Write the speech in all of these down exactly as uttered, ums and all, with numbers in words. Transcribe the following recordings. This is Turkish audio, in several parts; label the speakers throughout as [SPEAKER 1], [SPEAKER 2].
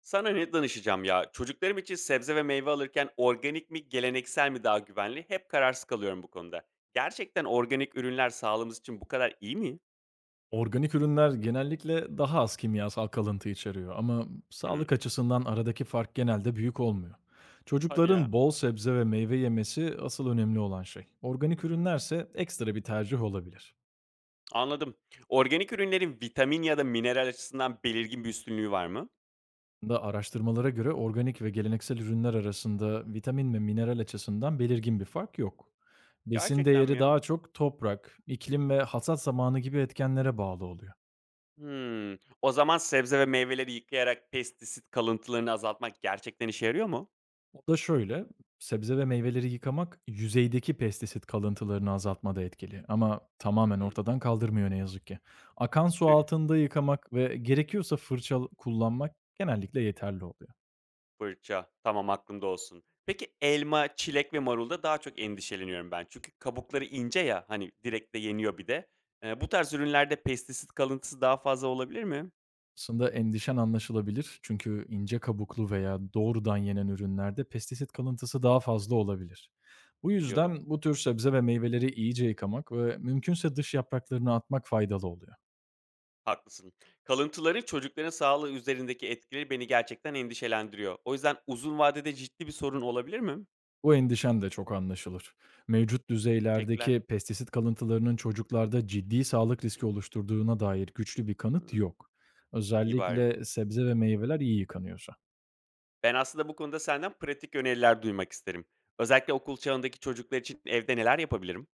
[SPEAKER 1] Sana ne danışacağım ya? Çocuklarım için sebze ve meyve alırken organik mi, geleneksel mi daha güvenli? Hep kararsız kalıyorum bu konuda. Gerçekten organik ürünler sağlığımız için bu kadar iyi mi?
[SPEAKER 2] Organik ürünler genellikle daha az kimyasal kalıntı içeriyor ama
[SPEAKER 1] Hı,
[SPEAKER 2] sağlık açısından aradaki fark genelde büyük olmuyor.
[SPEAKER 1] hadi ya.
[SPEAKER 2] Çocukların bol sebze ve meyve yemesi asıl önemli olan şey. Organik
[SPEAKER 1] Hı,
[SPEAKER 2] ürünlerse ekstra bir tercih olabilir.
[SPEAKER 1] anladım. Organik ürünlerin vitamin ya da mineral açısından belirgin bir üstünlüğü var mı?
[SPEAKER 2] Da araştırmalara göre organik ve geleneksel ürünler arasında vitamin ve mineral açısından belirgin bir fark yok. Besin
[SPEAKER 1] Gerçekten mi
[SPEAKER 2] değeri
[SPEAKER 1] ya?
[SPEAKER 2] daha çok toprak, iklim ve hasat zamanı gibi etkenlere bağlı oluyor.
[SPEAKER 1] Hmm. O zaman sebze ve meyveleri yıkayarak pestisit kalıntılarını azaltmak gerçekten işe yarıyor mu?
[SPEAKER 2] O da şöyle, sebze ve meyveleri yıkamak yüzeydeki pestisit kalıntılarını azaltmada etkili ama tamamen
[SPEAKER 1] Hı,
[SPEAKER 2] ortadan kaldırmıyor ne yazık ki. Akan su
[SPEAKER 1] tüh.
[SPEAKER 2] altında yıkamak ve gerekiyorsa fırça kullanmak genellikle yeterli oluyor.
[SPEAKER 1] Fırça. Tamam, aklımda olsun. Peki elma, çilek ve marulda daha çok endişeleniyorum ben. Çünkü kabukları ince ya, hani, direkt de yeniyor bir de. Eee, bu tarz ürünlerde pestisit kalıntısı daha fazla olabilir mi?
[SPEAKER 2] Aslında endişen anlaşılabilir çünkü ince kabuklu veya doğrudan yenen ürünlerde pestisit kalıntısı daha fazla olabilir. Bu
[SPEAKER 1] Biliyordum.
[SPEAKER 2] yüzden bu tür sebze ve meyveleri iyice yıkamak ve mümkünse dış yapraklarını atmak faydalı oluyor.
[SPEAKER 1] Haklısın. Kalıntıların çocukların sağlığı üzerindeki etkileri beni gerçekten endişelendiriyor. O yüzden uzun vadede ciddi bir sorun olabilir mi?
[SPEAKER 2] Bu endişen de çok anlaşılır. Mevcut
[SPEAKER 1] Teşekkürler.
[SPEAKER 2] düzeylerdeki pestisit kalıntılarının çocuklarda ciddi sağlık riski oluşturduğuna dair güçlü bir kanıt
[SPEAKER 1] Imm,
[SPEAKER 2] yok.
[SPEAKER 1] iyi bari.
[SPEAKER 2] Özellikle sebze ve meyveler iyi yıkanıyorsa.
[SPEAKER 1] Ben aslında bu konuda senden pratik öneriler duymak isterim. Özellikle okul çağındaki çocuklar için evde neler yapabilirim?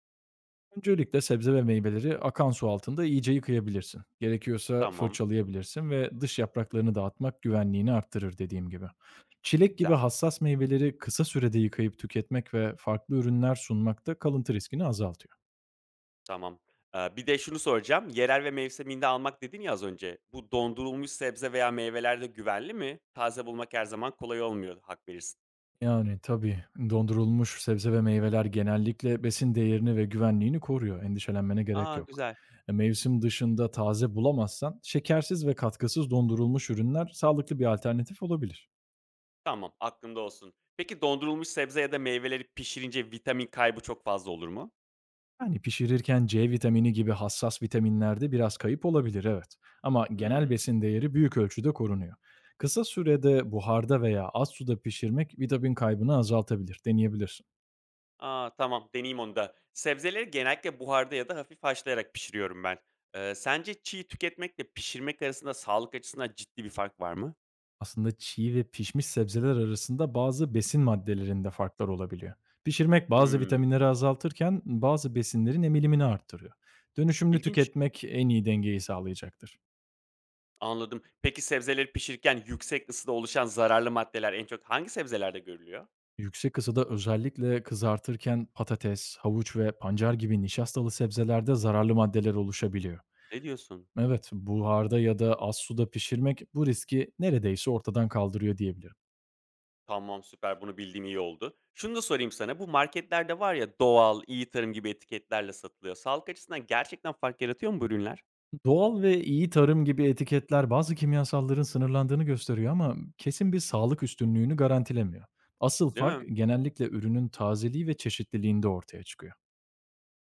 [SPEAKER 2] Öncelikle sebze ve meyveleri akan su altında iyice yıkayabilirsin. Gerekiyorsa
[SPEAKER 1] Tamam,
[SPEAKER 2] fırçalayabilirsin ve dış yapraklarını dağıtmak güvenliğini arttırır dediğim gibi. Çilek gibi
[SPEAKER 1] güzel.
[SPEAKER 2] hassas meyveleri kısa sürede yıkayıp tüketmek ve farklı ürünler sunmak da kalıntı riskini azaltıyor.
[SPEAKER 1] Tamam. Eee, bir de şunu soracağım. Yerel ve mevsiminde almak dedin ya az önce. Bu dondurulmuş sebze veya meyveler de güvenli mi? Taze bulmak her zaman kolay olmuyor, hak verirsin.
[SPEAKER 2] Yani, tabii, dondurulmuş sebze ve meyveler genellikle besin değerini ve güvenliğini koruyor. Endişelenmene gerek
[SPEAKER 1] A,
[SPEAKER 2] yok.
[SPEAKER 1] güzel.
[SPEAKER 2] E, mevsim dışında taze bulamazsan şekersiz ve katkısız dondurulmuş ürünler sağlıklı bir alternatif olabilir.
[SPEAKER 1] Tamam, aklımda olsun. Peki dondurulmuş sebze ya da meyveleri pişirince vitamin kaybı çok fazla olur mu?
[SPEAKER 2] Yani pişirirken ce vitamini gibi hassas vitaminlerde biraz kayıp olabilir, evet. Ama genel
[SPEAKER 1] Hımm.
[SPEAKER 2] besin değeri büyük ölçüde korunuyor. Kısa sürede buharda veya az suda pişirmek vitamin kaybını azaltabilir. Deneyebilirsin.
[SPEAKER 1] A, tamam, deneyeyim onu da. Sebzeleri genellikle buharda ya da hafif haşlayarak pişiriyorum ben. Eee, sence çiğ tüketmekle pişirmek arasında sağlık açısından ciddi bir fark var mı?
[SPEAKER 2] Aslında çiğ ve pişmiş sebzeler arasında bazı besin maddelerinde farklar olabiliyor. Pişirmek bazı
[SPEAKER 1] Hımm,
[SPEAKER 2] vitaminleri azaltırken bazı besinlerin emilimini arttırıyor. Dönüşümlü
[SPEAKER 1] İlginç.
[SPEAKER 2] tüketmek en iyi dengeyi sağlayacaktır.
[SPEAKER 1] Anladım. Peki sebzeleri pişirirken yüksek ısıda oluşan zararlı maddeler en çok hangi sebzelerde görülüyor?
[SPEAKER 2] Yüksek ısıda özellikle kızartırken patates, havuç ve pancar gibi nişastalı sebzelerde zararlı maddeler oluşabiliyor.
[SPEAKER 1] Ne diyorsun?
[SPEAKER 2] Evet, buharda ya da az suda pişirmek bu riski neredeyse ortadan kaldırıyor diyebilirim.
[SPEAKER 1] Tamam, süper, bunu bildiğim iyi oldu. Şunu da sorayım sana, bu marketlerde var ya doğal, iyi tarım gibi etiketlerle satılıyor. Sağlık açısından gerçekten fark yaratıyor mu bu ürünler?
[SPEAKER 2] Doğal ve iyi tarım gibi etiketler bazı kimyasalların sınırlandığını gösteriyor ama kesin bir
[SPEAKER 1] Hımm.
[SPEAKER 2] sağlık üstünlüğünü garantilemiyor. Asıl
[SPEAKER 1] Değil
[SPEAKER 2] fark
[SPEAKER 1] mi?
[SPEAKER 2] genellikle ürünün tazeliği ve çeşitliliğinde ortaya çıkıyor.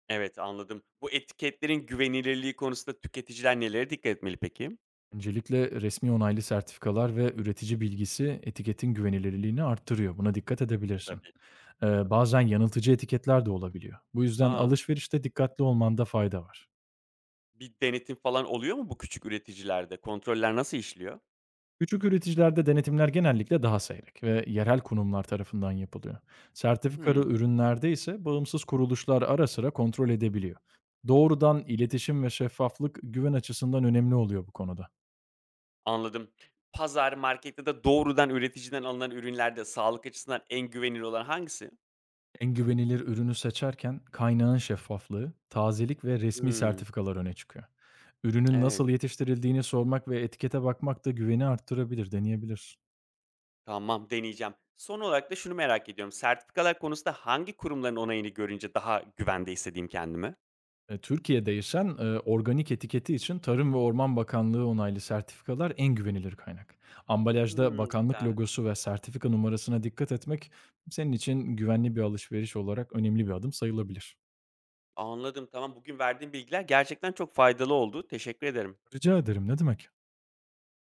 [SPEAKER 1] Evet, anladım. Bu etiketlerin güvenilirliği konusunda tüketiciler nelere dikkat etmeli peki?
[SPEAKER 2] Öncelikle resmi onaylı sertifikalar ve üretici bilgisi etiketin güvenilirliğini arttırıyor. Buna dikkat
[SPEAKER 1] E,
[SPEAKER 2] edebilirsin.
[SPEAKER 1] tabii,
[SPEAKER 2] Ee,
[SPEAKER 1] tabii.
[SPEAKER 2] bazen yanıltıcı etiketler de olabiliyor. Bu yüzden
[SPEAKER 1] Aa,
[SPEAKER 2] alışverişte dikkatli olmanda fayda var.
[SPEAKER 1] bir denetim falan oluyor mu bu küçük üreticilerde? Kontroller nasıl işliyor?
[SPEAKER 2] Küçük üreticilerde denetimler genellikle daha seyrek ve yerel kurumlar tarafından yapılıyor. Sertifikalı
[SPEAKER 1] Hımm.
[SPEAKER 2] ürünlerde ise bağımsız kuruluşlar ara sıra kontrol edebiliyor. Doğrudan iletişim ve şeffaflık güven açısından önemli oluyor bu konuda.
[SPEAKER 1] Anladım. Pazar, markette de doğrudan üreticiden alınan ürünlerde sağlık açısından en güvenilir olan hangisi?
[SPEAKER 2] En güvenilir ürünü seçerken kaynağın şeffaflığı, tazelik ve resmi
[SPEAKER 1] Hımm.
[SPEAKER 2] sertifikalar öne çıkıyor. Ürünün
[SPEAKER 1] Evet,
[SPEAKER 2] nasıl yetiştirildiğini sormak ve etikete bakmak da güveni arttırabilir, deneyebilir.
[SPEAKER 1] tamam, deneyeceğim. Son olarak da şunu merak ediyorum. Sertifikalar konusunda hangi kurumların onayını görünce daha güvende hissedeyim kendimi?
[SPEAKER 2] Eee, Türkiye değişen, eee, organik etiketi için Tarım ve Orman Bakanlığı onaylı sertifikalar en güvenilir kaynak. Ambalajda
[SPEAKER 1] Hımm.
[SPEAKER 2] bakanlık
[SPEAKER 1] Güzel.
[SPEAKER 2] logosu ve sertifika numarasına dikkat etmek senin için güvenli bir alışveriş olarak önemli bir adım sayılabilir.
[SPEAKER 1] Anladım, tamam. Bugün verdiğin bilgiler gerçekten çok faydalı oldu. Teşekkür ederim.
[SPEAKER 2] Rica ederim, ne demek?